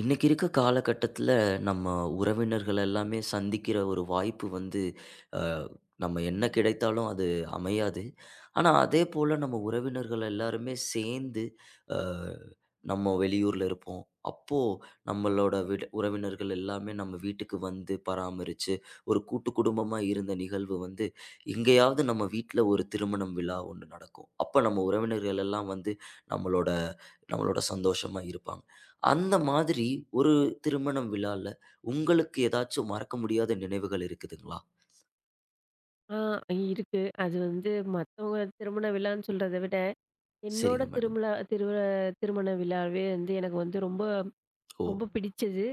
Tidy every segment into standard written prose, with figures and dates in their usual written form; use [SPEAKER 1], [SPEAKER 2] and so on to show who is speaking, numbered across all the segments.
[SPEAKER 1] இன்னைக்கு இருக்க காலகட்டத்துல நம்ம உறவினர்கள் எல்லாமே சந்திக்கிற ஒரு வாய்ப்பு வந்து அஹ், நம்ம என்ன கிடைத்தாலும் அது அமையாது. ஆனா அதே போல நம்ம உறவினர்கள் எல்லாருமே சேர்ந்து அஹ், நம்ம வெளியூர்ல இருப்போம். அப்போ நம்மளோட விட உறவினர்கள் எல்லாமே நம்ம வீட்டுக்கு வந்து பராமரிச்சு ஒரு கூட்டு குடும்பமா இருந்த நிகழ்வு வந்து எங்கேயாவது நம்ம வீட்ல ஒரு திருமணம் விழா ஒன்று நடக்கும். அப்ப நம்ம உறவினர்கள் எல்லாம் வந்து நம்மளோட நம்மளோட சந்தோஷமா இருப்பாங்க. அந்த மாதிரி ஒரு திருமணம் விழால உங்களுக்கு ஏதாச்சும் மறக்க முடியாத நினைவுகள் இருக்குதுங்களா?
[SPEAKER 2] ஆ இருக்கு. அது வந்து மத்தவங்க திருமண விழான்னு சொல்றத விட, என்னோட
[SPEAKER 1] சரிங்க மேடம்.
[SPEAKER 2] திருமலா திரு திருமண விழாவே வந்து எனக்கு வந்து ரொம்ப
[SPEAKER 1] ஓ!
[SPEAKER 2] ரொம்ப பிடிச்சது.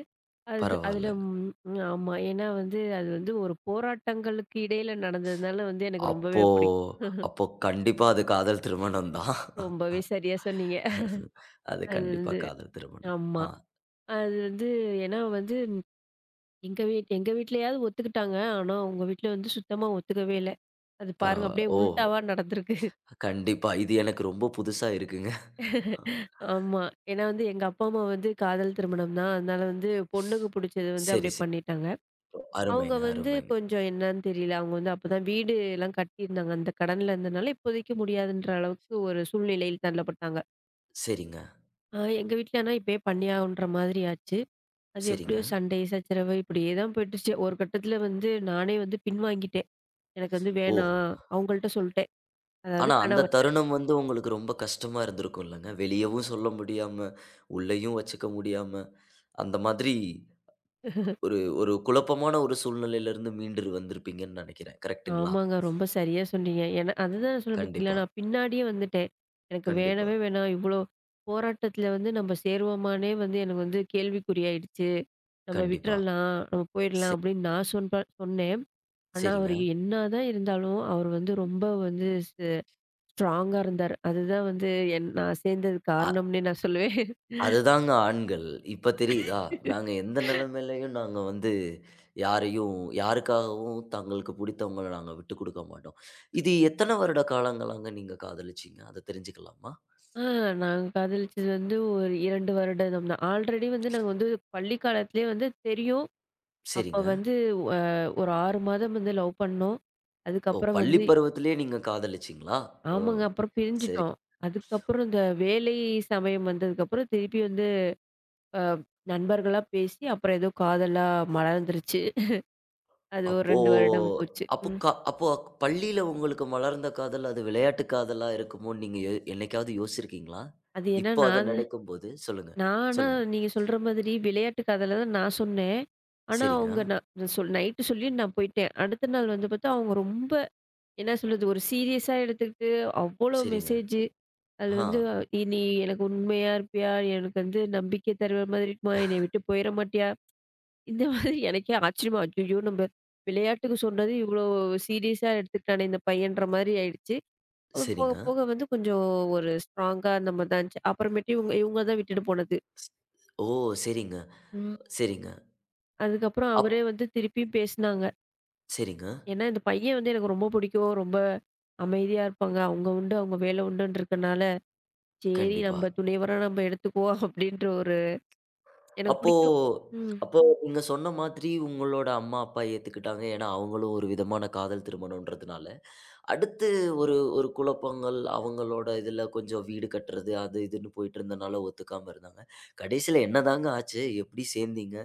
[SPEAKER 2] அது அதுல
[SPEAKER 1] பரவாயில்லங்க.
[SPEAKER 2] ம் ம், ஆமா. ஏன்னா வந்து அது வந்து ஒரு போராட்டங்களுக்கு இடையில நடந்ததுனால வந்து எனக்கு
[SPEAKER 1] அப்போ
[SPEAKER 2] ரொம்பவே பிடிக்கும்.
[SPEAKER 1] அப்போ கண்டிப்பா அது காதல் திருமணம் தான்.
[SPEAKER 2] ரொம்பவே சரியா சொன்னீங்க.
[SPEAKER 1] அது
[SPEAKER 2] அது
[SPEAKER 1] கண்டிப்பா
[SPEAKER 2] வந்து
[SPEAKER 1] காதல் திருமணம்.
[SPEAKER 2] ஆமா.
[SPEAKER 1] ஆ
[SPEAKER 2] அது வந்து ஏன்னா வந்து எங்க வீட்லயாவது ஒத்துக்கிட்டாங்க. ஆனா, உங்க வீட்ல வந்து சுத்தமா ஒத்துக்கவே இல்ல. அது பாருங்க
[SPEAKER 1] பரவா
[SPEAKER 2] அப்படியே
[SPEAKER 1] ஓ!
[SPEAKER 2] உல்டாவா நடந்திருக்கு.
[SPEAKER 1] கண்டிப்பா. இது எனக்கு ரொம்ப புதுசா இருக்குங்க.
[SPEAKER 2] ஆமா. ஏன்னா வந்து எங்க அப்பா, அம்மா வந்து காதல் திருமணம் தான். அதனால வந்து பொண்ணுக்கு புடிச்சது வந்து
[SPEAKER 1] சரி,
[SPEAKER 2] அப்படியே
[SPEAKER 1] சரி.
[SPEAKER 2] பண்ணிட்டாங்க. அவங்க
[SPEAKER 1] அருமைங்க,
[SPEAKER 2] வந்து
[SPEAKER 1] அருமைங்க.
[SPEAKER 2] கொஞ்சம் என்னன்னு தெரியல. அவங்க வந்து அப்பதான் வீடு எல்லாம் கட்டியிருந்தாங்க. அந்த கடன்ல இருந்தனால இப்போதைக்கு முடியாதுன்ற அளவுக்கு ஒரு சூழ்நிலையில் தள்ளப்பட்டாங்க.
[SPEAKER 1] சரிங்க,
[SPEAKER 2] எங்க வீட்ல ஆனா இப்பயே பண்ணியாகணுன்ற மாதிரி ஆச்சு. அது
[SPEAKER 1] சரிங்க.
[SPEAKER 2] எப்படியோ சண்டை, சச்சரவு இப்படியே தான் போயிட்டுச்சு. ஒரு கட்டத்தில வந்து நானே வந்து பின்வாங்கிட்டேன். எனக்கு வந்து
[SPEAKER 1] ஓ!
[SPEAKER 2] வேணாம். அவங்கள்ட்ட சொல்ட்டேன். அதாவது
[SPEAKER 1] ஆனா, அந்த
[SPEAKER 2] கணவர்.
[SPEAKER 1] தருணம் வந்து உங்களுக்கு ரொம்ப கஷ்டமா இருந்திருக்கும் இல்லங்க? வெளியவும் சொல்ல முடியாம, உள்ளேயும் வச்சுக்க முடியாம, அந்த மாதிரி ஒரு ஒரு குழப்பமான ஒரு சூழ்நிலையிலிருந்து மீண்டு வந்திருப்பீங்கன்னு நெனைக்கிறேன். கரெக்ட்டுங்களா?
[SPEAKER 2] ஆமாங்க. ரொம்ப சரியா சொன்னீங்க. ஏன்னா அதுதான் ம். சொன்னேன் பார்த்தீங்களா,
[SPEAKER 1] கண்டிப்பா,
[SPEAKER 2] நான் பின்னாடியே வந்துட்டேன். எனக்கு
[SPEAKER 1] கண்டிப்பா,
[SPEAKER 2] வேணவே வேணாம். இவ்ளோ போராட்டத்துல வந்து நம்ம சேருவோமான்னே வந்து எனக்கு வந்து கேள்விக்குறியாயிடுச்சு. நம்ம
[SPEAKER 1] கண்டிப்பா.
[SPEAKER 2] விட்டுறலாம், நம்ம போயிடலாம்
[SPEAKER 1] சே
[SPEAKER 2] அப்படின்னு நான் சொன்னேன். ஆனா அவரு
[SPEAKER 1] சரிங்க.
[SPEAKER 2] என்னதான் இருந்தாலும், அவர் வந்து ரொம்ப வந்து ஸ்ட்ராங்கா இருந்தாரு. அதுதான் வந்து நான் சேர்ந்ததுக்கு
[SPEAKER 1] அ
[SPEAKER 2] காரணம்னே நான் சொல்லுவேன்.
[SPEAKER 1] அதுதாங்க ஆண்கள். இப்ப தெரியுதா? நாங்க எந்த நிலைமையிலயும் நாங்க வந்து யாரையும் யாருக்காகவும் தங்களுக்கு பிடித்தவங்கள நாங்க விட்டுக் குடுக்க மாட்டோம். இது எத்தன வருட காலங்களாங்க நீங்க காதலிச்சீங்க? அத தெரிஞ்சுக்கலாமா?
[SPEAKER 2] ஆ நாங்க காதலிச்சது வந்து ஒரு 2 வருடம் தான். ஆல்ரெடி வந்து நாங்க வந்து பள்ளி காலத்திலேயே வந்து தெரியும். அப்ப
[SPEAKER 1] சரிங்க.
[SPEAKER 2] வந்து அ ஒரு 6 மாதம் வந்து லவ் பண்ணோம்.
[SPEAKER 1] ஓ!
[SPEAKER 2] அதுக்கப்புறம்
[SPEAKER 1] பள்ளி
[SPEAKER 2] வந்து
[SPEAKER 1] பருவத்திலேயே நீங்க காதலிச்சீங்களா? ஓ!
[SPEAKER 2] ஆமாங்க. அப்புறம்
[SPEAKER 1] சரி.
[SPEAKER 2] பிரிஞ்சுட்டோம். அதுக்கப்புறம் இந்த வேலை சமயம் வந்ததுக்கப்புறம் திருப்பி வந்து அ நண்பர்களா பேசி, அப்புறம் ஏதோ காதலா மலர்ந்துருச்சு. அது ஒரு
[SPEAKER 1] அப்போ
[SPEAKER 2] 2 வருடம் போச்சு.
[SPEAKER 1] அப்போ
[SPEAKER 2] ம்.
[SPEAKER 1] க அப்போ பள்ளியில உங்களுக்கு மலர்ந்த காதல், அது விளையாட்டு காதலா இருக்குமோன்னு நீங்க என்னைக்காவது யோசிச்சிருக்கீங்களா?
[SPEAKER 2] அது ஏன்னா
[SPEAKER 1] இப்போ அத
[SPEAKER 2] நான்
[SPEAKER 1] நினைக்கும்போது சொல்லுங்க,
[SPEAKER 2] நான் ஆனா
[SPEAKER 1] சொல்லுங்க.
[SPEAKER 2] நீங்க சொல்ற மாதிரி விளையாட்டு கதையில தான் நான் சொன்னேன். ஆனா
[SPEAKER 1] சரிங்க,
[SPEAKER 2] அவங்க நான் சொல் நைட்டு சொல்லி நான் போயிட்டேன். அடுத்த நாள் வந்து பார்த்தா, அவங்க ரொம்ப என்ன சொல்றது? ஒரு சீரியஸா எடுத்துக்கிட்டு அவ்வளோ
[SPEAKER 1] சரிங்க.
[SPEAKER 2] மெசேஜ். அது
[SPEAKER 1] ஆ,
[SPEAKER 2] வந்து, "நீ எனக்கு உண்மையா இருப்பியா? எனக்கு வந்து நம்பிக்கை தருவ மாதிரி இருக்குமா? என்னைய விட்டு போயிற மாட்டியா?" இந்த மாதிரி எனக்கே ஆச்சரியமா, "ஐயய்யோ! நம்ம விளையாட்டுக்கு சொன்னது இவ்வளோ சீரியஸா எடுத்துக்கிட்டானே இந்த பையன்ற" மாதிரி ஆயிடுச்சு. அப்புறம் போக
[SPEAKER 1] சரிங்க.
[SPEAKER 2] போக வந்து கொஞ்சம் ஒரு ஸ்ட்ராங்கா அந்த மாதிரி தான் இருந்துச்சு. அப்புறமேட்டு இவங்க இவங்க தான் விட்டுட்டு போனது.
[SPEAKER 1] ஸ் ஓ! சரிங்க,
[SPEAKER 2] ம்.
[SPEAKER 1] சரிங்க.
[SPEAKER 2] அதுக்கப்புறம்
[SPEAKER 1] அப்
[SPEAKER 2] அவரே வந்து திருப்பியும் பேசினாங்க.
[SPEAKER 1] சரிங்க.
[SPEAKER 2] ஏன்னா இந்த பையன் வந்து எனக்கு ரொம்ப பிடிக்கும். ரொம்ப அமைதியா இருப்பாங்க. அவங்க உண்டு, அவங்க வேலை உண்டுன்னு இருக்கனால, "சரி
[SPEAKER 1] கண்டிப்பா.
[SPEAKER 2] நம்ம துணைவரா நம்ம எடுத்துக்குவோம்" அப்படின்ற ஒரு எனக்கு
[SPEAKER 1] அப்போ
[SPEAKER 2] பிடிக்கும். ம்.
[SPEAKER 1] அப்போ நீங்க சொன்ன மாதிரி உங்களோட அம்மா, அப்பா ஏத்துக்கிட்டாங்க. ஏன்னா, அவங்களும் ஒரு விதமான காதல் திருமணம்ன்றதுனால. அடுத்து ஒரு ஒரு குழப்பங்கள், அவங்களோட இதுல கொஞ்சம் வீடு கட்டுறது, அது இதுன்னு போயிட்டுருந்தனால ஒத்துக்காம இருந்தாங்க. கடைசில என்னதாங்க ஆச்சு? எப்படி சேர்ந்தீங்க?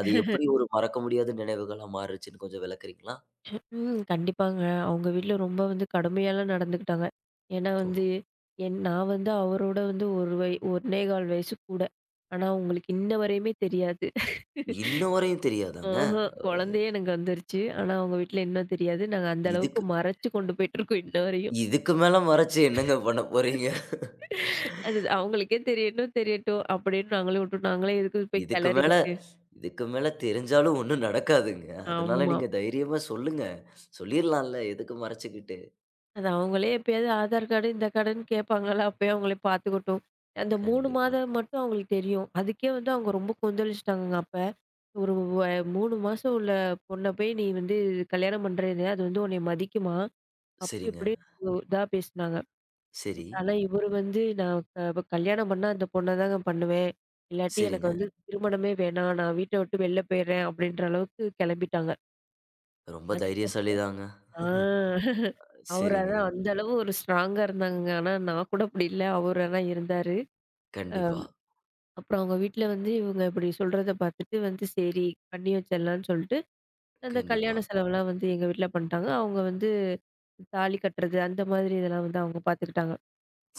[SPEAKER 1] அது எப்படி ஒரு மறக்க முடியாத நினைவுகளா மாறுச்சுன்னு கொஞ்சம் விளக்குறீங்களா?
[SPEAKER 2] ம். கண்டிப்பாங்க. அவங்க வீட்ல ரொம்ப வந்து கடுமையாலாம் நடந்துக்கிட்டாங்க. ஏன்னா
[SPEAKER 1] ஓ!
[SPEAKER 2] வந்து, நான் வந்து அவரோட வந்து 1 1/4 வயசு கூட. ஆனா, அவங்களுக்கு இன்ன வரையுமே தெரியாது.
[SPEAKER 1] இன்ன வரையும் தெரியாதாங்க?
[SPEAKER 2] ம்ஹ்ம்.
[SPEAKER 1] அ
[SPEAKER 2] குழந்தையே எனக்கு வந்துருச்சு. ஆனா, அவங்க வீட்ல இன்னும் தெரியாது. நாங்க அந்த அளவுக்கு
[SPEAKER 1] இதுக்கு
[SPEAKER 2] மறைச்சு கொண்டு போயிட்டுருக்கோம் இன்ன வரையும்.
[SPEAKER 1] இதுக்கு மேல மறைச்சு என்னங்க பண்ண போறீங்க?
[SPEAKER 2] அது அவங்களுக்கே தெரியணும், தெரியட்டும் அப்படின்னு நாங்களே விட்டுட்டோம். நாங்களே எதுக்கு போய்
[SPEAKER 1] இதுக்கு மேல
[SPEAKER 2] கிளறிக்கிட்டு.
[SPEAKER 1] இதுக்கு மேல தெரிஞ்சாலும் ஒண்ணும் நடக்காதுங்க. அதனால
[SPEAKER 2] ஆமா.
[SPEAKER 1] நீங்க தைரியமா சொல்லுங்க. சொல்லிர்லாம்ல, எதுக்கு மறைச்சுக்கிட்டு?
[SPEAKER 2] அது அவங்களே எப்பயாவது ஆதார் கார்டு, இந்த கார்டுன்னு கேட்பாங்களா? அப்பயே அவங்களே பார்த்துக்கட்டும். அந்த 3
[SPEAKER 1] கண்டிப்பா.
[SPEAKER 2] மாதம் மட்டும் அவங்களுக்கு தெரியும். அதுக்கே வந்து அவங்க ரொம்ப கொந்தளிச்சுட்டாங்கங்க அப்ப. ஒரு வ 3 மாசம் உள்ள பொண்ண போய் நீ வந்து கல்யாணம் பண்றேன்னு, அது வந்து உன்னைய மதிக்குமா? அப்படி
[SPEAKER 1] சரிங்க.
[SPEAKER 2] இப்படின்னு இதா பேசினாங்க.
[SPEAKER 1] சரி.
[SPEAKER 2] ஆனா இவரு வந்து நான் க இப்ப கல்யாணம் பண்ணா அந்த பொண்ண தாங்க பண்ணுவேன். இல்லாட்டி எனக்கு
[SPEAKER 1] சரிங்க.
[SPEAKER 2] வந்து திருமணமே வேணாம். நான் வீட்ட விட்டு வெளில போயிடுறேன் அப்படின்ற அளவுக்கு கிளம்பிட்டாங்க.
[SPEAKER 1] ரொம்ப
[SPEAKER 2] அதுக்கப்புறம்
[SPEAKER 1] தைரியசாலிதாங்க.
[SPEAKER 2] ஆ. அவரு
[SPEAKER 1] சரிங்க.
[SPEAKER 2] அதான் அந்த அளவு ஒரு ஸ்ட்ராங்கா இருந்தாங்கங்க. ஆனா நான் கூட அப்படி இல்ல. அவரு ஆனா இருந்தாரு. அ
[SPEAKER 1] கண்டிப்பா,
[SPEAKER 2] அப்புறம் அவங்க வீட்ல வந்து இவங்க இப்படி சொல்றத பார்த்துட்டு வந்து சரி பண்ணி வச்சிடலான்னு சொல்லிட்டு, அந்த
[SPEAKER 1] கண்டிப்பா.
[SPEAKER 2] கல்யாண செலவெல்லாம் வந்து எங்க வீட்ல பண்ணிட்டாங்க. அவங்க வந்து தாலி கட்டுறது அந்த மாதிரி இதெல்லாம் வந்து அவங்க பார்த்துக்கிட்டாங்க.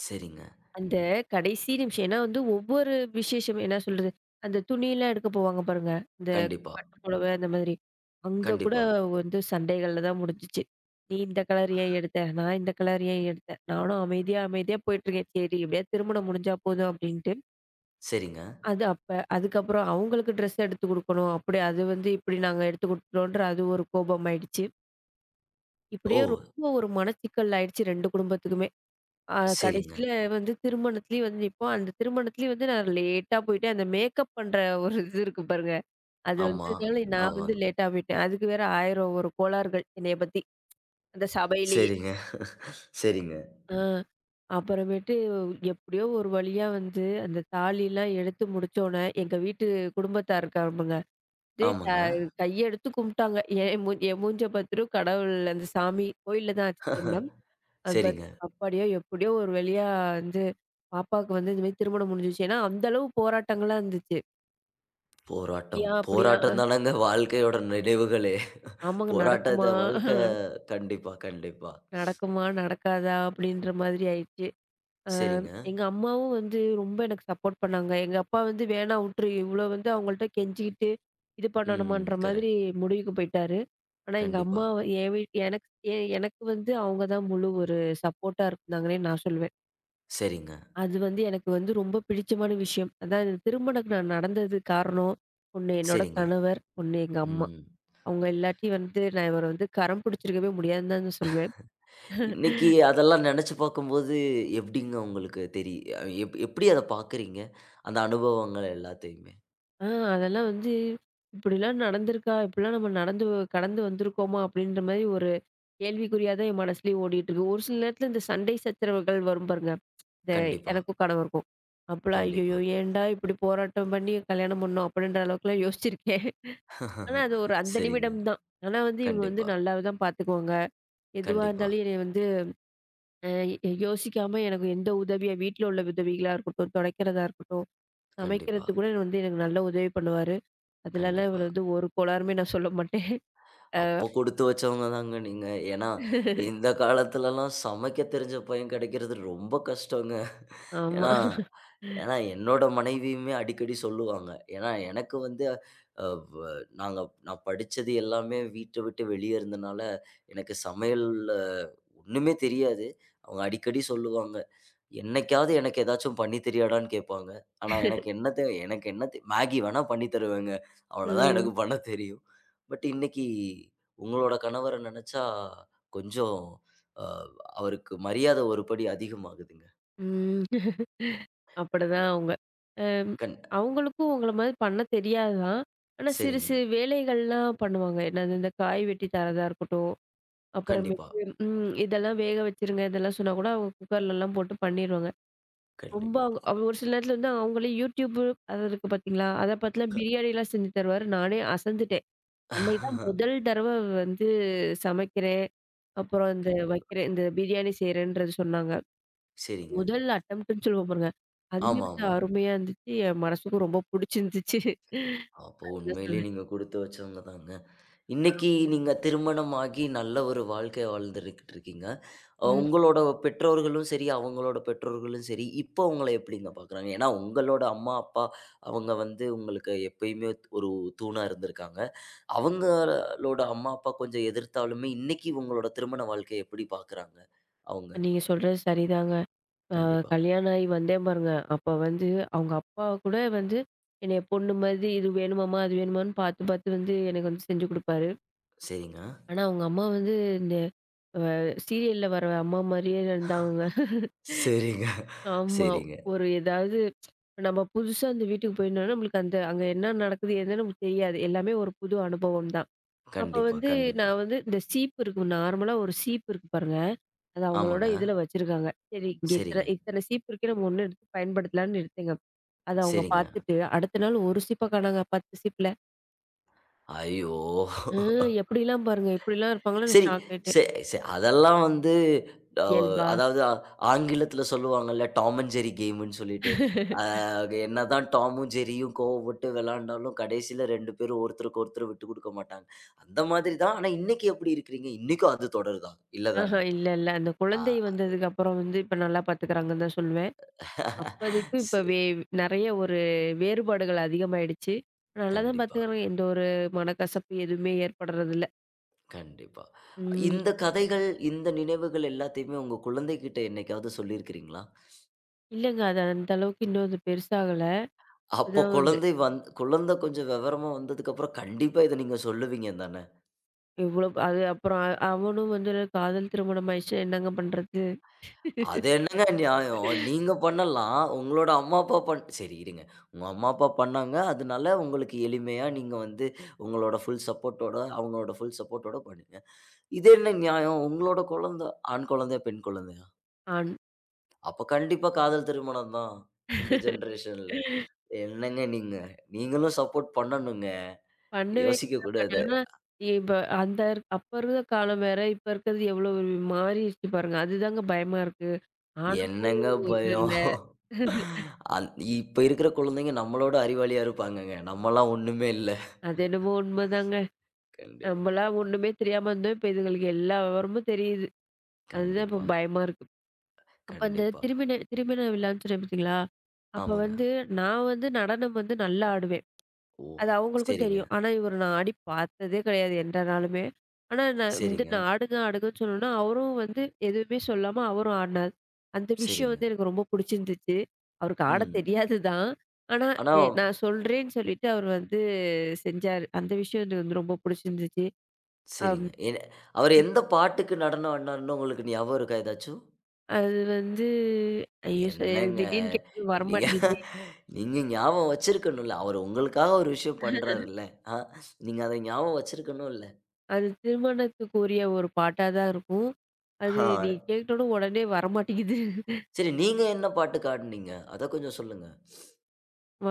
[SPEAKER 1] சரிங்க.
[SPEAKER 2] அந்த கடைசி நிமிஷம் ஏன்னா வந்து ஒவ்வொரு விசேஷம் என்ன சொல்றது, அந்த துணிலாம் எடுக்க போவாங்க பாருங்க. இந்த
[SPEAKER 1] கண்டிப்பா,
[SPEAKER 2] பட்டு புடவை அந்த மாதிரி. அங்க கூட
[SPEAKER 1] கண்டிப்பா.
[SPEAKER 2] வந்து சண்டைகள்ல தான் முடிஞ்சுச்சு. "நீ இந்த கலர் ஏன் எடுத்த? நான் இந்த கலர் ஏன் எடுத்தேன்?" நானும் அமைதியா, அமைதியா போயிட்டுருக்கேன். சரி எப்படியாவது திருமணம் முடிஞ்சா போதும் அப்படின்ட்டு.
[SPEAKER 1] சரிங்க.
[SPEAKER 2] அது அப்ப. அதுக்கப்புறம் அவங்களுக்கு ட்ரெஸ் எடுத்து குடுக்கணும். அப்படி அது வந்து இப்படி நாங்க எடுத்து குடுத்துட்டோன்ற அது ஒரு கோபமாயிடுச்சு.
[SPEAKER 1] ஓ!
[SPEAKER 2] இப்படியே ரொம்ப ஒரு மனச்சிக்கல் ஆயிடுச்சு 2 குடும்பத்துக்குமே.
[SPEAKER 1] சரிங்க.
[SPEAKER 2] கடைசியில வந்து திருமணத்திலயும் வந்து நிப்போம். அந்த திருமணத்திலயும் வந்து நான் லேட்டா போயிட்டேன். அந்த மேக்கப் பண்ற ஒரு இது இருக்கு பாருங்க. அது
[SPEAKER 1] ஆமா,
[SPEAKER 2] வந்ததுனால நான் வந்து
[SPEAKER 1] ஆமாங்க.
[SPEAKER 2] லேட்டா போயிட்டேன். அதுக்கு வேற 1000 ஒரு கோளாறுகள் என்னைய பத்தி. அந்த சபையிலேயே.
[SPEAKER 1] சரிங்க, சரிங்க.
[SPEAKER 2] ஆ. அப்புறமேட்டு எப்படியோ ஒரு வழியா வந்து அந்த தாலிலாம் எடுத்து முடிச்சோனே, எங்க வீட்டு குடும்பத்தார் இருக்காங்கங்க. அப்படியே த
[SPEAKER 1] ஆமாங்க.
[SPEAKER 2] கையெடுத்து கும்பிட்டாங்க. என் மூஞ்ச பாத்துட்டு கடவுள் அந்த சாமி கோயில்ல தான் ஆச்சு திருமணம். அது பாத்து
[SPEAKER 1] சரிங்க.
[SPEAKER 2] அப்பாடியோ! எப்படியோ ஒரு வழியா வந்து பாப்பாவுக்கு வந்து இந்த மாரி திருமணம் முடிஞ்சுருச்சு. ஏன்னா, அந்த அளவு போராட்டங்கள்லாம் இருந்துச்சு.
[SPEAKER 1] போராட்டம்.
[SPEAKER 2] "இப்படியா? அப்படியா?
[SPEAKER 1] போராட்டம் தானங்க வாழ்க்கையோட நினைவுகளே!
[SPEAKER 2] ஆமாங்க நடக்குமா?
[SPEAKER 1] போராட்டத்த வாழ்க்கை கண்டிப்பா, கண்டிப்பா.
[SPEAKER 2] நடக்குமா? நடக்காதா?" அப்படின்ற மாதிரி ஆயிடுச்சு. அ
[SPEAKER 1] சரிங்க.
[SPEAKER 2] எங்க அம்மாவும் வந்து ரொம்ப எனக்கு சப்போர்ட் பண்ணாங்க. எங்க அப்பா வந்து "வேணா உட்ரு. இவ்வளோ வந்து அவங்கள்ட்ட கெஞ்சிக்கிட்டு இது
[SPEAKER 1] ம்.
[SPEAKER 2] பண்ணணுமான்ற" மாதிரி
[SPEAKER 1] கரெக்ட்.
[SPEAKER 2] முடிவுக்கு போயிட்டாரு. ஆனா, எங்க
[SPEAKER 1] கண்டிப்பா.
[SPEAKER 2] அம்மா என் வீட் எனக்கு எனக்கு வந்து அவங்க தான் முழு ஒரு சப்போர்ட்டா இருந்தாங்கன்னே நான் சொல்வேன்.
[SPEAKER 1] சரிங்க,
[SPEAKER 2] அது வந்து எனக்கு வந்து ரொம்ப பிடிச்சமான விஷயம். அதான் இந்த திருமணம் நான் நடந்தது காரணம், ஒண்ணு என்னோட
[SPEAKER 1] சரிங்க.
[SPEAKER 2] கணவர், ஒண்ணு எங்க அம்மா.
[SPEAKER 1] ம்.
[SPEAKER 2] அவங்க இல்லாட்டி வந்து நான் இவர வந்து கரம் பிடிச்சிருக்கவே முடியாதுன்னு தான் சொல்வேன்.
[SPEAKER 1] இன்னைக்கு அதெல்லாம் நெனச்சு பார்க்கும்போது எப்படிங்க உங்களுக்கு தெரி அ எப் எப்படி அத பார்க்குறீங்க? அந்த அனுபவங்கள் எல்லாத்தையுமே.
[SPEAKER 2] ஆ அதெல்லாம் வந்து இப்படிலாம் நடந்திருக்கா? இப்படிலாம் நம்ம நடந்து கடந்து வந்திருக்கோமா? அப்படின்ற மாரி ஒரு கேள்விக்குறியா தான் என் மனசுலயே ஓடிட்டு இருக்கு. ஒரு சில நேரத்துல இந்த சண்டை சச்சரவுகள் வரும் பாருங்க. இந்த
[SPEAKER 1] கண்டிப்பா,
[SPEAKER 2] எனக்கும் கணவருக்கும். அப்பலாம் ஐய்யய்யோ!
[SPEAKER 1] கண்டிப்பா.
[SPEAKER 2] ஏன்டா இப்படி போராட்டம் பண்ணி கல்யாணம் பண்ணோம்? அப்படின்ற அளவுக்குலாம் யோசிச்சிருக்கேன். ஆனா, அது ஒரு அந்த
[SPEAKER 1] சரிங்க.
[SPEAKER 2] நிமிடம் தான். ஆனா வந்து இவங்க வந்து
[SPEAKER 1] கண்டிப்பா,
[SPEAKER 2] நல்லாவே தான் பார்த்துக்குவாங்க. எதுவா
[SPEAKER 1] கண்டிப்பா,
[SPEAKER 2] இருந்தாலும் என்னைய வந்து அ யோசிக்காம எனக்கு எந்த உதவியா வீட்ல உள்ள உதவிகளா இருக்கட்டும், துடைக்கிறதா இருக்கட்டும்,
[SPEAKER 1] கண்டிப்பா,
[SPEAKER 2] சமைக்கிறதுக்கு கூட வந்து எனக்கு நல்ல உதவி பண்ணுவாரு. அதுலலாம்
[SPEAKER 1] கண்டிப்பா.
[SPEAKER 2] இவரு வந்து ஒரு கோளாறுமே நான் சொல்ல மாட்டேன்.
[SPEAKER 1] அப்போ குடுத்து வச்சவங்க தாங்க நீங்க. ஏன்னா, இந்த காலத்துலலாம் சமைக்க தெரிஞ்ச பையன் கெடைக்கிறது ரொம்ப கஷ்டங்க.
[SPEAKER 2] ஆமா.
[SPEAKER 1] ஏன்னா ஏன்னா என்னோட மனைவியுமே அடிக்கடி சொல்லுவாங்க. ஏன்னா எனக்கு வந்து அ வ நாங்க நான் படிச்சது எல்லாமே வீட்ட விட்டு வெளிய இருந்தனால, எனக்கு சமையல்ல ஒண்ணுமே தெரியாது. அவங்க அடிக்கடி சொல்லுவாங்க. என்னைக்காவது எனக்கு ஏதாச்சும் பண்ணி தெரியாடான்னு கேட்பாங்க. ஆனா எனக்கு என்ன மேகி வேணா பண்ணி தருவேங்க. அவ்வளோதான்
[SPEAKER 2] ம்.
[SPEAKER 1] எனக்கு பண்ண தெரியும். பட் இன்னைக்கு உங்களோட கணவர நெனச்சா கொஞ்சம் அ அவருக்கு மரியாதை ஒரு படி அதிகமாகுதுங்க.
[SPEAKER 2] ம். அப்படிதான் அவங்க. அம்
[SPEAKER 1] கண்
[SPEAKER 2] அவங்களுக்கும் உங்கள மாரி பண்ண தெரியாது தான். ஆனா சிறு
[SPEAKER 1] சரிங்க.
[SPEAKER 2] சிறு வேலைகள்லாம் பண்ணுவாங்க. என்னது இந்த காய் வெட்டி தரதா இருக்கட்டும்.
[SPEAKER 1] கண்டிப்பா.
[SPEAKER 2] அப்புறமேட்டு இதெல்லாம் வேக வச்சுருங்க. இதெல்லாம் சொன்னா கூட அவங்க குக்கர்லலாம் போட்டு பண்ணிருவாங்க. ரொம்ப
[SPEAKER 1] கண்டிப்பா.
[SPEAKER 2] அவங்க ஒரு சில நேரத்துல வந்து அவங்களே YouTube அது இருக்கு பார்த்தீங்களா? அத
[SPEAKER 1] க
[SPEAKER 2] பார்த்துலாம் பிரியாணிலாம் செஞ்சு தருவாரு. நானே அசந்துட்டேன். அன்னைக்கு தான் முதல் தடவ வந்து சமைக்கிறேன். அப்புறம் இந்த
[SPEAKER 1] கண்டிப்பா.
[SPEAKER 2] வைக்கிறேன். இந்த பிரியாணி செய்றேன்றது சொன்னாங்க.
[SPEAKER 1] சரிங்க.
[SPEAKER 2] முதல் அட்டம்ப்ட்ன்னு சொல்லுவோம் பாருங்க. அதுவே
[SPEAKER 1] ஆமா,
[SPEAKER 2] வந்து
[SPEAKER 1] ஆமா.
[SPEAKER 2] அருமையா இருந்துச்சு. என் மனசுக்கும் ரொம்ப புடிச்சிருந்துச்சு.
[SPEAKER 1] அப்போ
[SPEAKER 2] அதான்
[SPEAKER 1] உண்மையிலேயே
[SPEAKER 2] சொல்வேன்.
[SPEAKER 1] நீங்க குடுத்து வச்சவங்க தாங்க. இன்னைக்கு நீங்க திருமணமாகி நல்ல ஒரு வாழ்க்கை வாழ்ந்துகிட்டு இருக்கீங்க.
[SPEAKER 2] ம்.
[SPEAKER 1] உங்களோட பெற்றோர்களும் சரி, அவங்களோட பெற்றோர்களும் சரி, இப்போ உங்கள எப்படிங்க பார்க்குறாங்க? ஏன்னா உங்களோட அம்மா, அப்பா அவங்க வந்து உங்களுக்கு எப்பயுமே ஒரு தூணா இருந்திருக்காங்க. அவங்களோட அம்மா, அப்பா கொஞ்சம் எதிர்த்தாலுமே இன்னைக்கு உங்களோட திருமண வாழ்க்கைய எப்படி பார்க்குறாங்க அவங்க?
[SPEAKER 2] நீங்க சொல்றது சரிதாங்க. அ
[SPEAKER 1] கண்டிப்பா.
[SPEAKER 2] கல்யாணம் ஆகி வந்தேன் பாருங்க. அப்ப வந்து அவங்க அப்பா கூட வந்து என்னைய பொண்ணு மாதிரி இது வேணுமாம்மா, அது வேணுமான்னு பார்த்து பார்த்து வந்து எனக்கு வந்து செஞ்சு குடுப்பாரு.
[SPEAKER 1] சரிங்க.
[SPEAKER 2] ஆனா அவங்க அம்மா வந்து இந்த அ சீரியல்ல வர அம்மா மாரியே இருந்தாங்கங்க.
[SPEAKER 1] சரிங்க,
[SPEAKER 2] ஆமா.
[SPEAKER 1] சரிங்க.
[SPEAKER 2] ஒரு ஏதாவது இப்ப நம்ம புதுசா அந்த வீட்டுக்கு போயிருந்தோம்னா, நம்மளுக்கு அந்த அங்க என்ன நடக்குது ஏதுன்னு நமக்கு தெரியாது. எல்லாமே ஒரு புது அனுபவம் தான். அப்ப
[SPEAKER 1] கண்டிப்பா,
[SPEAKER 2] வந்து
[SPEAKER 1] கண்டிப்பா.
[SPEAKER 2] நான் வந்து இந்த சீப்பு இருக்கும். நார்மலா ஒரு சீப்பு இருக்கு பாருங்க. அது அவங்களோட
[SPEAKER 1] ஆமாங்க.
[SPEAKER 2] இதுல வச்சிருக்காங்க. சரி இங்க இத்தன
[SPEAKER 1] சரிங்க,
[SPEAKER 2] இத்தன சீப்பு இருக்கு. நம்ம ஒண்ணு எடுத்து பயன்படுத்தலாம்ன்னு எடுத்தேங்க. அத அவங்க
[SPEAKER 1] சரிங்க.
[SPEAKER 2] பார்த்துட்டு, அடுத்த நாள் ஒரு சீப்ப காணாங்க 10 சீப்புல.
[SPEAKER 1] ஐயோ!
[SPEAKER 2] அ எப்படிலாம் பாருங்க, இப்படிலாம் இருப்பாங்கன்னு நான்
[SPEAKER 1] சரி,
[SPEAKER 2] ஷாக் ஆயிட்டேன்.
[SPEAKER 1] செ செ அதெல்லாம் வந்து அ
[SPEAKER 2] இயல்பா?
[SPEAKER 1] அதாவது ஆங்கிலத்தில சொல்லுவாங்கல்ல, டாம் அண்ட் ஜெர்ரி கேம்ன்னு சொல்லிட்டு. அ என்னதான் டாமும், ஜெர்ரியும் கோவப்பட்டு விளையாண்டாலும், கடைசியில 2 பேரும் ஒருத்தருக்கு ஒருத்தர் விட்டு குடுக்க மாட்டாங்க. அந்த மாதிரி தான். ஆனா இன்னைக்கு எப்படி இருக்கிறீங்க? இன்னைக்கும் அது தொடருதா? இல்ல
[SPEAKER 2] ஆஹா
[SPEAKER 1] தானே?
[SPEAKER 2] இல்ல, இல்ல. அந்த
[SPEAKER 1] ஆ
[SPEAKER 2] குழந்தை
[SPEAKER 1] அது
[SPEAKER 2] வந்ததுக்கு அப்புறம் வந்து இப்ப நல்லா பார்த்துக்கிறாங்கன்னு தான் சொல்லுவேன். அப்போதைக்கும் இப்ப
[SPEAKER 1] சரி.
[SPEAKER 2] வே நெறைய ஒரு வேறுபாடுகள் அதிகமாயிடுச்சு. நல்லா தான்
[SPEAKER 1] கண்டிப்பா,
[SPEAKER 2] பார்த்துக்கிறாங்க. எந்த ஒரு மனக்கசப்பு எதுவுமே ஏற்படுறதில்ல.
[SPEAKER 1] கண்டிப்பா.
[SPEAKER 2] ம்.
[SPEAKER 1] இந்த கதைகள், இந்த நினைவுகள் எல்லாத்தையுமே உங்க குழந்தைகிட்ட என்னைக்காவது சொல்லியிருக்கிறீங்களா?
[SPEAKER 2] இல்லங்க. அது அந்த அளவுக்கு இன்னும் அது பெருசாகல.
[SPEAKER 1] அப்போ
[SPEAKER 2] அதான் வந்து
[SPEAKER 1] குழந்தை கொஞ்சம் விவரமா வந்ததுக்கப்புறம் கண்டிப்பா இத நீங்க சொல்லுவீங்க தானே!
[SPEAKER 2] இவ்ளோ அது அப்புறம் அவனும் வந்து காதல் திருமணம் ஆயிடுச்சுன்னா என்னங்க பண்றது?
[SPEAKER 1] அது என்னங்க நியாயம்? நீங்க பண்ணலாம். உங்களோட அம்மா, அப்பா சரி இருங்க. உங்க அம்மா, அப்பா பண்ணாங்க. அதனால உங்களுக்கு எளிமையா நீங்க வந்து உங்களோட ஃபுல் சப்போர்ட்டோட அவங்களோட ஃபுல் சப்போர்ட்டோட பண்ணீங்க. இது என்ன நியாயம்? உங்களோட குழந்தை ஆண் குழந்தையா? பெண் குழந்தையா?
[SPEAKER 2] அன்
[SPEAKER 1] அப்ப கண்டிப்பா காதல் திருமணம் தான். இந்த ஜெனரேஷன்ல. என்னங்க நீங்க? நீங்களும் சப்போர்ட் பண்ணணுங்க.
[SPEAKER 2] பண்ணவே பட்
[SPEAKER 1] யோசிக்கக்கூடாது.
[SPEAKER 2] ஆனா இப்ப அந்த அப்ப இருந்த காலம் வேற, இப்ப இருக்கிறது எவ்ளோ மாறிடுச்சு பாருங்க. அதுதாங்க பயமா இருக்கு. ஆணுக்கும்
[SPEAKER 1] என்னங்க
[SPEAKER 2] இது இல்ல.
[SPEAKER 1] பயம்? அந் இப்ப இருக்கிற குழந்தைங்க நம்மளோட அறிவாளியா இருப்பாங்கங்க. நம்மலாம் ஒண்ணுமே இல்ல.
[SPEAKER 2] அது என்னமோ உண்மதாங்க.
[SPEAKER 1] கண்டிப்பா,
[SPEAKER 2] நம்மலாம் ஒண்ணுமே தெரியாம இருந்தோம். இப்ப இதுங்களுக்கு எல்லா விவரமும் தெரியுது. அதுதான் இப்ப
[SPEAKER 1] கண்டிப்பா,
[SPEAKER 2] பயமா இருக்கு. அப்ப அந்த
[SPEAKER 1] கண்டிப்பா.
[SPEAKER 2] திருமண திருமண விழான்னு சொன்னேன் பார்த்தீங்களா? அப்ப
[SPEAKER 1] ஆமாங்க.
[SPEAKER 2] வந்து நான் வந்து நடனம் வந்து நல்லா ஆடுவேன்.
[SPEAKER 1] ஓ!
[SPEAKER 2] அது அவங்களுக்கும்
[SPEAKER 1] சரிங்க,
[SPEAKER 2] தெரியும். ஆனா, இவர நான் ஆடி பார்த்ததே கிடையாது என்றனாலுமே. ஆனா, நான் வந்து
[SPEAKER 1] சரிங்க,
[SPEAKER 2] நான் ஆடுங்க, ஆடுங்கன்னு சொன்னோனே, அவரும் வந்து எதுவுமே சொல்லாம அவரும் ஆடுனாரு. அந்த விஷயம்
[SPEAKER 1] சரிங்க.
[SPEAKER 2] வந்து எனக்கு ரொம்ப புடிச்சிருந்துச்சு. அவருக்கு ஆட
[SPEAKER 1] ம்.
[SPEAKER 2] தெரியாது தான். ஆனா,
[SPEAKER 1] ஆனா
[SPEAKER 2] நான் சொல்றேன்னு சொல்லிட்டு அவர் வந்து செஞ்சாரு. அந்த விஷயம் எனக்கு வந்து ரொம்ப புடிச்சிருந்துச்சு. அம்
[SPEAKER 1] சரிங்க. அவரு எந்த பாட்டுக்கு நடனம் ஆடுனாருன்னு உங்களுக்கு ஞாபகம் இருக்கா ஏதாச்சும்?
[SPEAKER 2] அது வந்து ஐயோ! எனக்கு
[SPEAKER 1] என்னங்க,
[SPEAKER 2] திடீர்னு கேட்டதும்
[SPEAKER 1] நீங்க
[SPEAKER 2] வரமாட்டேங்குதே.
[SPEAKER 1] நீங்க ஞாபகம் வச்சிருக்கணும்ல. அவரு உங்களுக்காக ஒரு விஷயம் பண்றாருல்ல. ஆ, நீங்க அத ஞாபகம் வச்சிருக்கணும்ல.
[SPEAKER 2] அது திருமணத்துக்குரிய ஒரு பாட்டா தான் இருக்கும். அது
[SPEAKER 1] ஆ.
[SPEAKER 2] நீ கேட்டோனே உடனே வரமாட்டேங்குது.
[SPEAKER 1] சரி, நீங்க என்ன பாட்டுக்கு ஆடுனீங்க? அத கொஞ்சம் சொல்லுங்க.
[SPEAKER 2] வ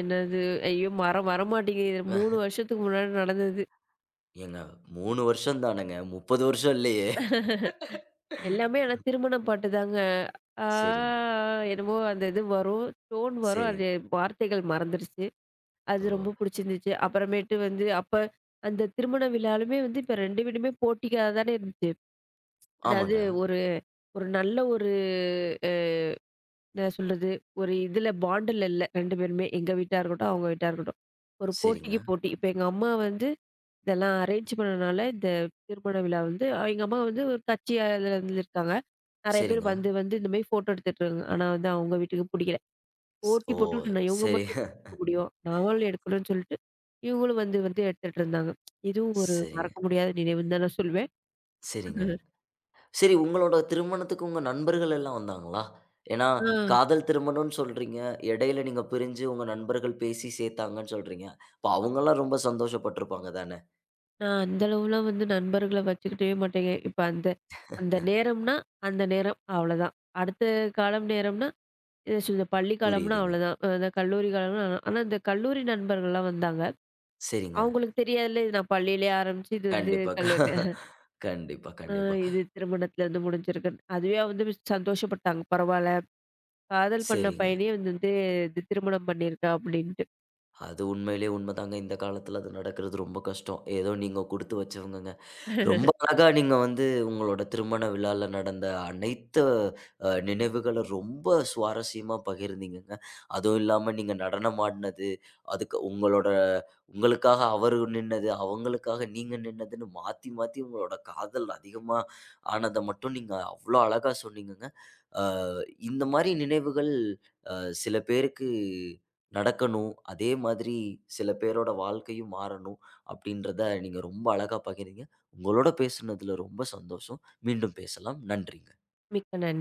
[SPEAKER 2] என்னது? ஐயோ! வரமாட்டேங்குது. 3
[SPEAKER 1] அஹ்,
[SPEAKER 2] வருஷத்துக்கு முன்னாடி நடந்தது.
[SPEAKER 1] ஏங்க 3 வருஷம் தானங்க. 30 வருஷம் இல்லையே!
[SPEAKER 2] எல்லாமே ஆனா திருமண பாட்டு தாங்க. ஆ
[SPEAKER 1] சரிங்க.
[SPEAKER 2] என்னமோ அந்த இது வரும். டோன் வரும்.
[SPEAKER 1] சரி.
[SPEAKER 2] அது வார்த்தைகள் மறந்துருச்சு. அது
[SPEAKER 1] ஓ!
[SPEAKER 2] ரொம்ப புடிச்சிருந்துச்சு. அப்புறமேட்டு வந்து அப்ப அந்த திருமண விழாலுமே வந்து இப்ப 2 வீடுமே போட்டிக்கா தானே இருந்துச்சு. அதாவது
[SPEAKER 1] ஆமாங்க.
[SPEAKER 2] ஒரு ஒரு நல்ல ஒரு அ என்ன சொல்றது? ஒரு இதுல பாண்டுல இல்ல 2 பேருமே. எங்க வீட்டா இருக்கட்டும், அவங்க வீட்டா இருக்கட்டும். ஒரு
[SPEAKER 1] சரிங்க,
[SPEAKER 2] போட்டிக்கு போட்டி. இப்ப எங்க அம்மா வந்து இதெல்லாம் அரேஞ்ச் பண்ணனால, இந்த திருமண விழா வந்து எங்க அம்மா வந்து ஒரு கட்சி அதுல இருந்திருக்காங்க. நெறைய பேர்
[SPEAKER 1] சரிங்க.
[SPEAKER 2] வந்து வந்து இந்த மாரி ஃபோட்டோ எடுத்துட்டாங்க. ஆனா வந்து அவங்க வீட்டுக்கு புடிக்கல.
[SPEAKER 1] ஸ்
[SPEAKER 2] போட்டி
[SPEAKER 1] ஓ!
[SPEAKER 2] போட்டுட்டு நான் இவங்க
[SPEAKER 1] சரி.
[SPEAKER 2] மட்டும் எடுக்க முடியும். நாங்களும் எடுக்கணும்னு சொல்லிட்டு, இவங்களும் வந்து வந்து எடுத்துட்டு இருந்தாங்க. இதுவும் ஒரு
[SPEAKER 1] சரிங்க,
[SPEAKER 2] மறக்க முடியாத நினைவுன்னு தான் நான் சொல்வேன்.
[SPEAKER 1] சரிங்க. சரி உங்களோட திருமணத்துக்கு உங்க நண்பர்கள் எல்லாம் வந்தாங்களா? ஏன்னா,
[SPEAKER 2] ஆ
[SPEAKER 1] காதல் திருமணம்னு சொல்றீங்க. இடையில நீங்க பிரிஞ்சு உங்க நண்பர்கள் பேசி சேர்த்தாங்கன்னு சொல்றீங்க. அப்ப அவங்கலாம் ரொம்ப சந்தோஷப்பட்டுருப்பாங்க தானே?
[SPEAKER 2] நான் அந்த அளவுலாம் வந்து நண்பர்கள வச்சுக்கிட்டவே மாட்டேங்க. இப்ப அந்த அந்த நேரம்னா, அந்த நேரம் அவ்வளோதான். அடுத்த காலம் நேரம்னா இல்ல, இந்த பள்ளி காலம்னா
[SPEAKER 1] புரியுதுங்க.
[SPEAKER 2] அவ்வளோதான். அந்த கல்லூரி காலம்னா ஆனா இந்த கல்லூரி நண்பர்கள்லாம் வந்தாங்க.
[SPEAKER 1] சரிங்க.
[SPEAKER 2] அவங்களுக்கு தெரியாதுல்ல இது நான் பள்ளியிலே ஆரம்பிச்சு இது வந்து
[SPEAKER 1] கண்டிப்பா.
[SPEAKER 2] கல்லூரி
[SPEAKER 1] கண்டிப்பா,
[SPEAKER 2] அ
[SPEAKER 1] கண்டிப்பா.
[SPEAKER 2] இது திருமணத்துல வந்து முடிஞ்சிருக்குன்னு. அதுவே வந்து சந்தோஷப்பட்டாங்க. பரவால்ல, காதல் பண்ண
[SPEAKER 1] சரிங்க.
[SPEAKER 2] பையனே வந்து வந்து இது திருமணம் பண்ணியிருக்கா அப்படின்ட்டு.
[SPEAKER 1] அது உண்மையிலேயே உண்மதாங்க. இந்த காலத்துல அது நடக்கிறது ரொம்ப கஷ்டம். ஏதோ நீங்க குடுத்து வச்சவங்கங்க. ரொம்ப அழகா நீங்க வந்து உங்களோட திருமண விழால நடந்த அனைத்து நினைவுகள ரொம்ப சுவாரஸ்யமா பகிர்ந்தீங்கங்க. அதுவும் இல்லாம நீங்க நடனம் ஆடுனது, அதுக்கு உங்களோட உங்களுக்காக அவரு நின்னது, அவங்களுக்காக நீங்க நின்னதுன்னு மாத்தி, மாத்தி உங்களோட காதல் அதிகமா ஆனத மட்டும் நீங்க அவ்ளோ அழகா சொன்னீங்கங்க. அ இந்த மாரி நினைவுகள் அ சில பேருக்கு நடக்கணும். அதே மாதிரி சில பேரோட வாழ்க்கையும் மாறணும். அப்படின்றத நீங்க ரொம்ப அழகா பகிர்ந்தீங்க. உங்களோட பேசுனதுல ரொம்ப சந்தோஷம். மீண்டும் பேசலாம். நன்றிங்க.
[SPEAKER 2] மிக்க நன்றி.